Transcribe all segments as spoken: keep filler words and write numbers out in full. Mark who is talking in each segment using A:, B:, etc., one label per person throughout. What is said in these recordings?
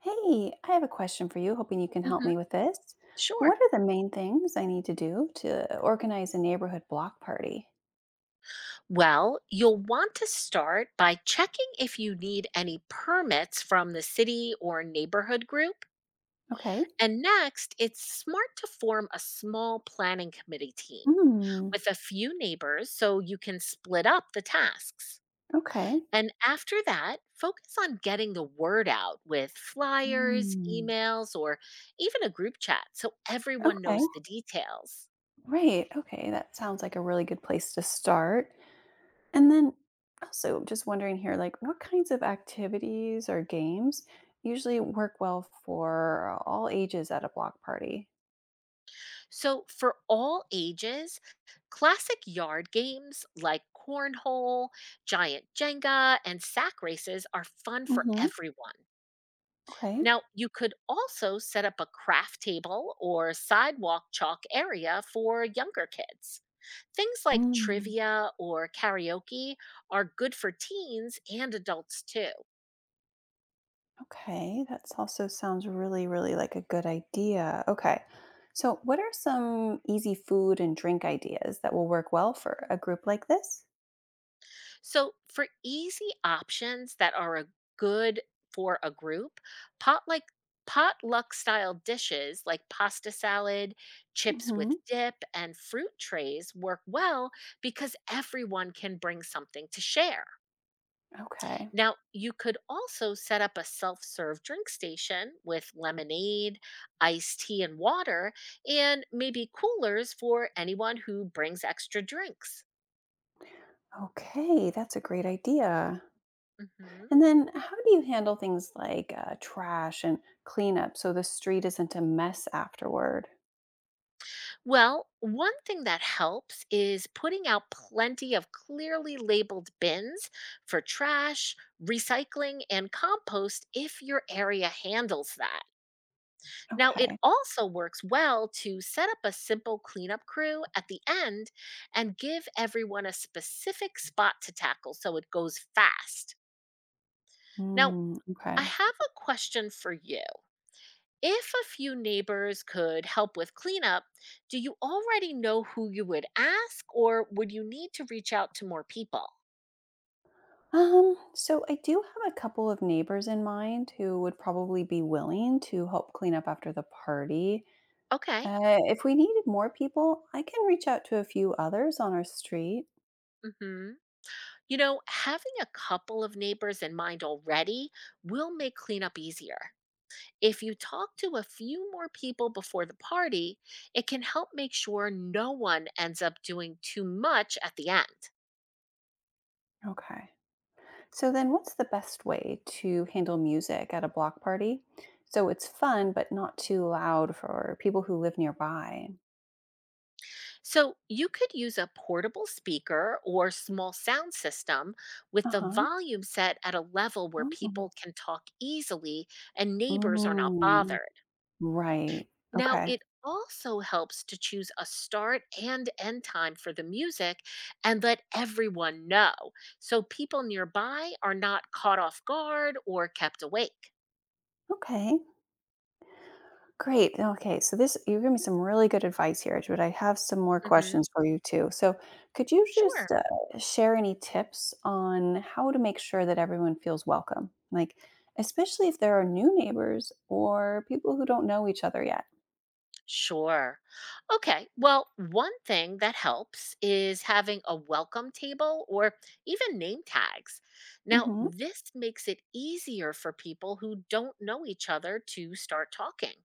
A: Hey, I have a question for you, hoping you can help
B: Mhm.
A: me with this.
B: Sure.
A: What are the main things I need to do to organize a neighborhood block party?
B: Well, you'll want to start by checking if you need any permits from the city or neighborhood group.
A: Okay.
B: And next, it's smart to form a small planning committee team
A: Hmm.
B: with a few neighbors so you can split up the tasks.
A: Okay.
B: And after that, focus on getting the word out with flyers,
A: Hmm.
B: emails, or even a group chat so everyone
A: Okay.
B: knows the details.
A: Right. Okay. That sounds like a really good place to start. And then also just wondering here, like what kinds of activities or games usually work well for all ages at a block party?
B: So, for all ages, classic yard games like cornhole, giant Jenga, and sack races are fun for
A: Mm-hmm.
B: everyone.
A: Okay.
B: Now, you could also set up a craft table or sidewalk chalk area for younger kids. Things like trivia or karaoke are good for teens and adults too.
A: Okay, that's also sounds really, really like a good idea. Okay. So, what are some easy food and drink ideas that will work well for a group like this?
B: So, for easy options that are a good for a group, pot like potluck style dishes like pasta salad, chips
A: Hmm.
B: with dip, and fruit trays work well because everyone can bring something to share.
A: Okay.
B: Now, you could also set up a self-serve drink station with lemonade, iced tea and water, and maybe coolers for anyone who brings extra drinks.
A: Okay, that's a great idea.
B: Mhm.
A: And then, how do you handle things like uh, trash and cleanup so the street isn't a mess afterward?
B: Well, one thing that helps is putting out plenty of clearly labeled bins for trash, recycling, and compost if your area handles that. Now, it
A: Okay.
B: also works well to set up a simple cleanup crew at the end and give everyone a specific spot to tackle so it goes fast. Now,
A: Mm, okay.
B: I have a question for you. If a few neighbors could help with cleanup, do you already know who you would ask or would you need to reach out to more people?
A: Um, so I do have a couple of neighbors in mind who would probably be willing to help clean up after the party.
B: Okay.
A: Uh, if we needed more people, I can reach out to a few others on our street.
B: Mhm. You know, having a couple of neighbors in mind already will make cleanup easier. If you talk to a few more people before the party, it can help make sure no one ends up doing too much at the end.
A: Okay. So, then what's the best way to handle music at a block party so it's fun but not too loud for people who live nearby?
B: So you could use a portable speaker or small sound system with
A: Uh
B: the
A: huh.
B: volume set at a level where
A: Oh.
B: people can talk easily and neighbors are not
A: Mm,
B: bothered.
A: right.
B: Now,
A: Okay.
B: it also helps to choose a start and end time for the music and let everyone know so people nearby are not caught off guard or kept awake.
A: Okay. Great. Okay. So this you gave me some really good advice here, but I have some more
B: Mhm.
A: questions for you too. So could you
B: Sure.
A: just uh, share any tips on how to make sure that everyone feels welcome? Like especially if there are new neighbors or people who don't know each other yet.
B: Sure. Okay. Well, one thing that helps is having a welcome table or even name tags. Now,
A: Mhm.
B: this makes it easier for people who don't know each other to start talking.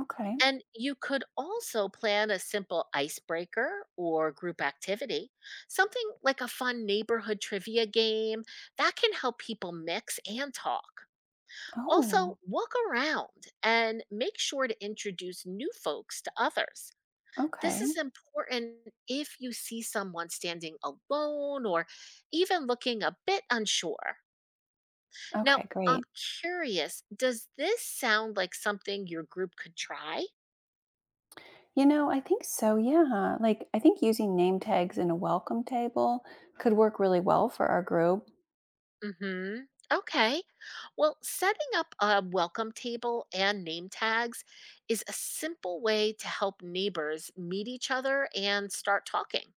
A: Okay.
B: And you could also plan a simple icebreaker or group activity, something like a fun neighborhood trivia game that can help people mix and talk. Also,
A: Oh.
B: walk around and make sure to introduce new folks to others. This
A: Okay.
B: is important if you see someone standing alone or even looking a bit unsure. Now,
A: Okay,
B: I'm
A: great.
B: curious, does this sound like something your group could try?
A: You know, I think so. Yeah. Like I think using name tags in a welcome table could work really well for our group.
B: Mhm. Okay. Well, setting up a welcome table and name tags is a simple way to help neighbors meet each other and start talking.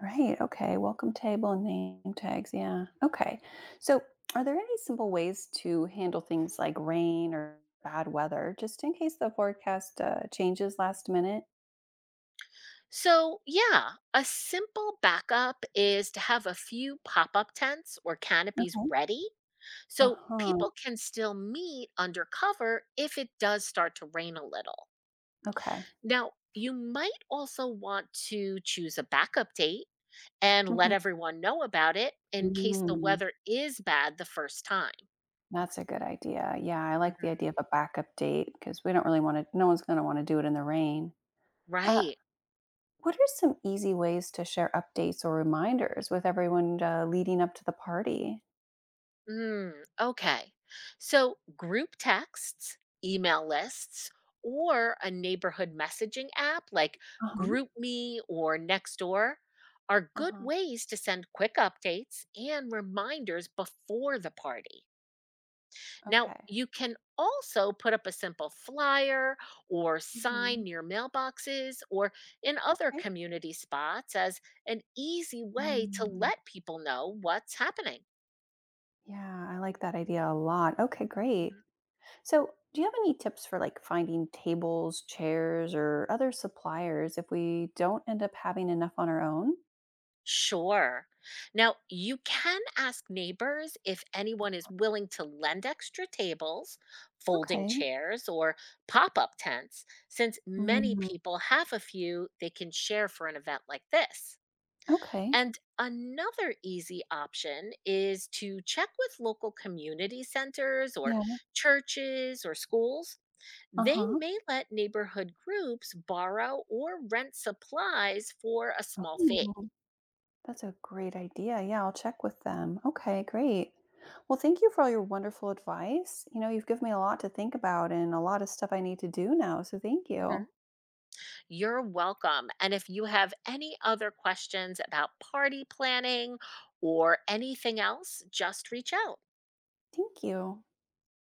A: Right. Okay. Welcome table and name tags. Yeah. Okay. So, are there any simple ways to handle things like rain or bad weather, just in case the forecast uh, changes last minute?
B: So, yeah, a simple backup is to have a few pop up tents or canopies
A: Okay.
B: ready
A: Uh
B: so
A: huh.
B: people can still meet undercover if it does start to rain a little.
A: Okay.
B: Now, you might also want to choose a backup date and let
A: Hmm.
B: everyone know about it in case the
A: Mm.
B: weather is bad the first time.
A: That's a good idea. Yeah, I like the idea of
B: Hmm.
A: a backup date because we don't really want to. No one's going to want to do it in the rain. Uh,
B: Right.
A: what are some easy ways to share updates or reminders with everyone uh, leading up to the party?
B: Mm, okay. So, group texts, email lists, or a neighborhood messaging app like
A: Uh huh.
B: GroupMe or Nextdoor are
A: Uh
B: good
A: huh.
B: ways to send quick updates and reminders before the party. Now,
A: Okay.
B: you can also put up a simple flyer or sign
A: Mm-hmm.
B: near mailboxes or in other
A: Okay.
B: community spots as an easy way to
A: Mm,
B: let people know what's happening.
A: yeah, I like that idea a lot. Okay, great. So, do you have any tips for like finding tables, chairs, or other suppliers if we don't end up having enough on our own?
B: Sure. Now, you can ask neighbors if anyone is willing to lend extra tables, folding
A: Okay.
B: chairs, or pop up tents, since many
A: Mm,
B: people have a few they can share for an event like this.
A: okay.
B: And another easy option is to check with local community centers or
A: Yeah.
B: churches or schools.
A: Uh
B: They
A: huh.
B: may let neighborhood groups borrow or rent supplies for a small fee.
A: Ooh. That's a great idea. Yeah, I'll check with them. Okay, great. Well, thank you for all your wonderful advice. You know, you've given me a lot to think about and a lot of stuff I need to do now. So, thank
B: Mm-hmm.
A: you.
B: You're welcome. And if you have any other questions about party planning or anything else, just reach out.
A: Thank you.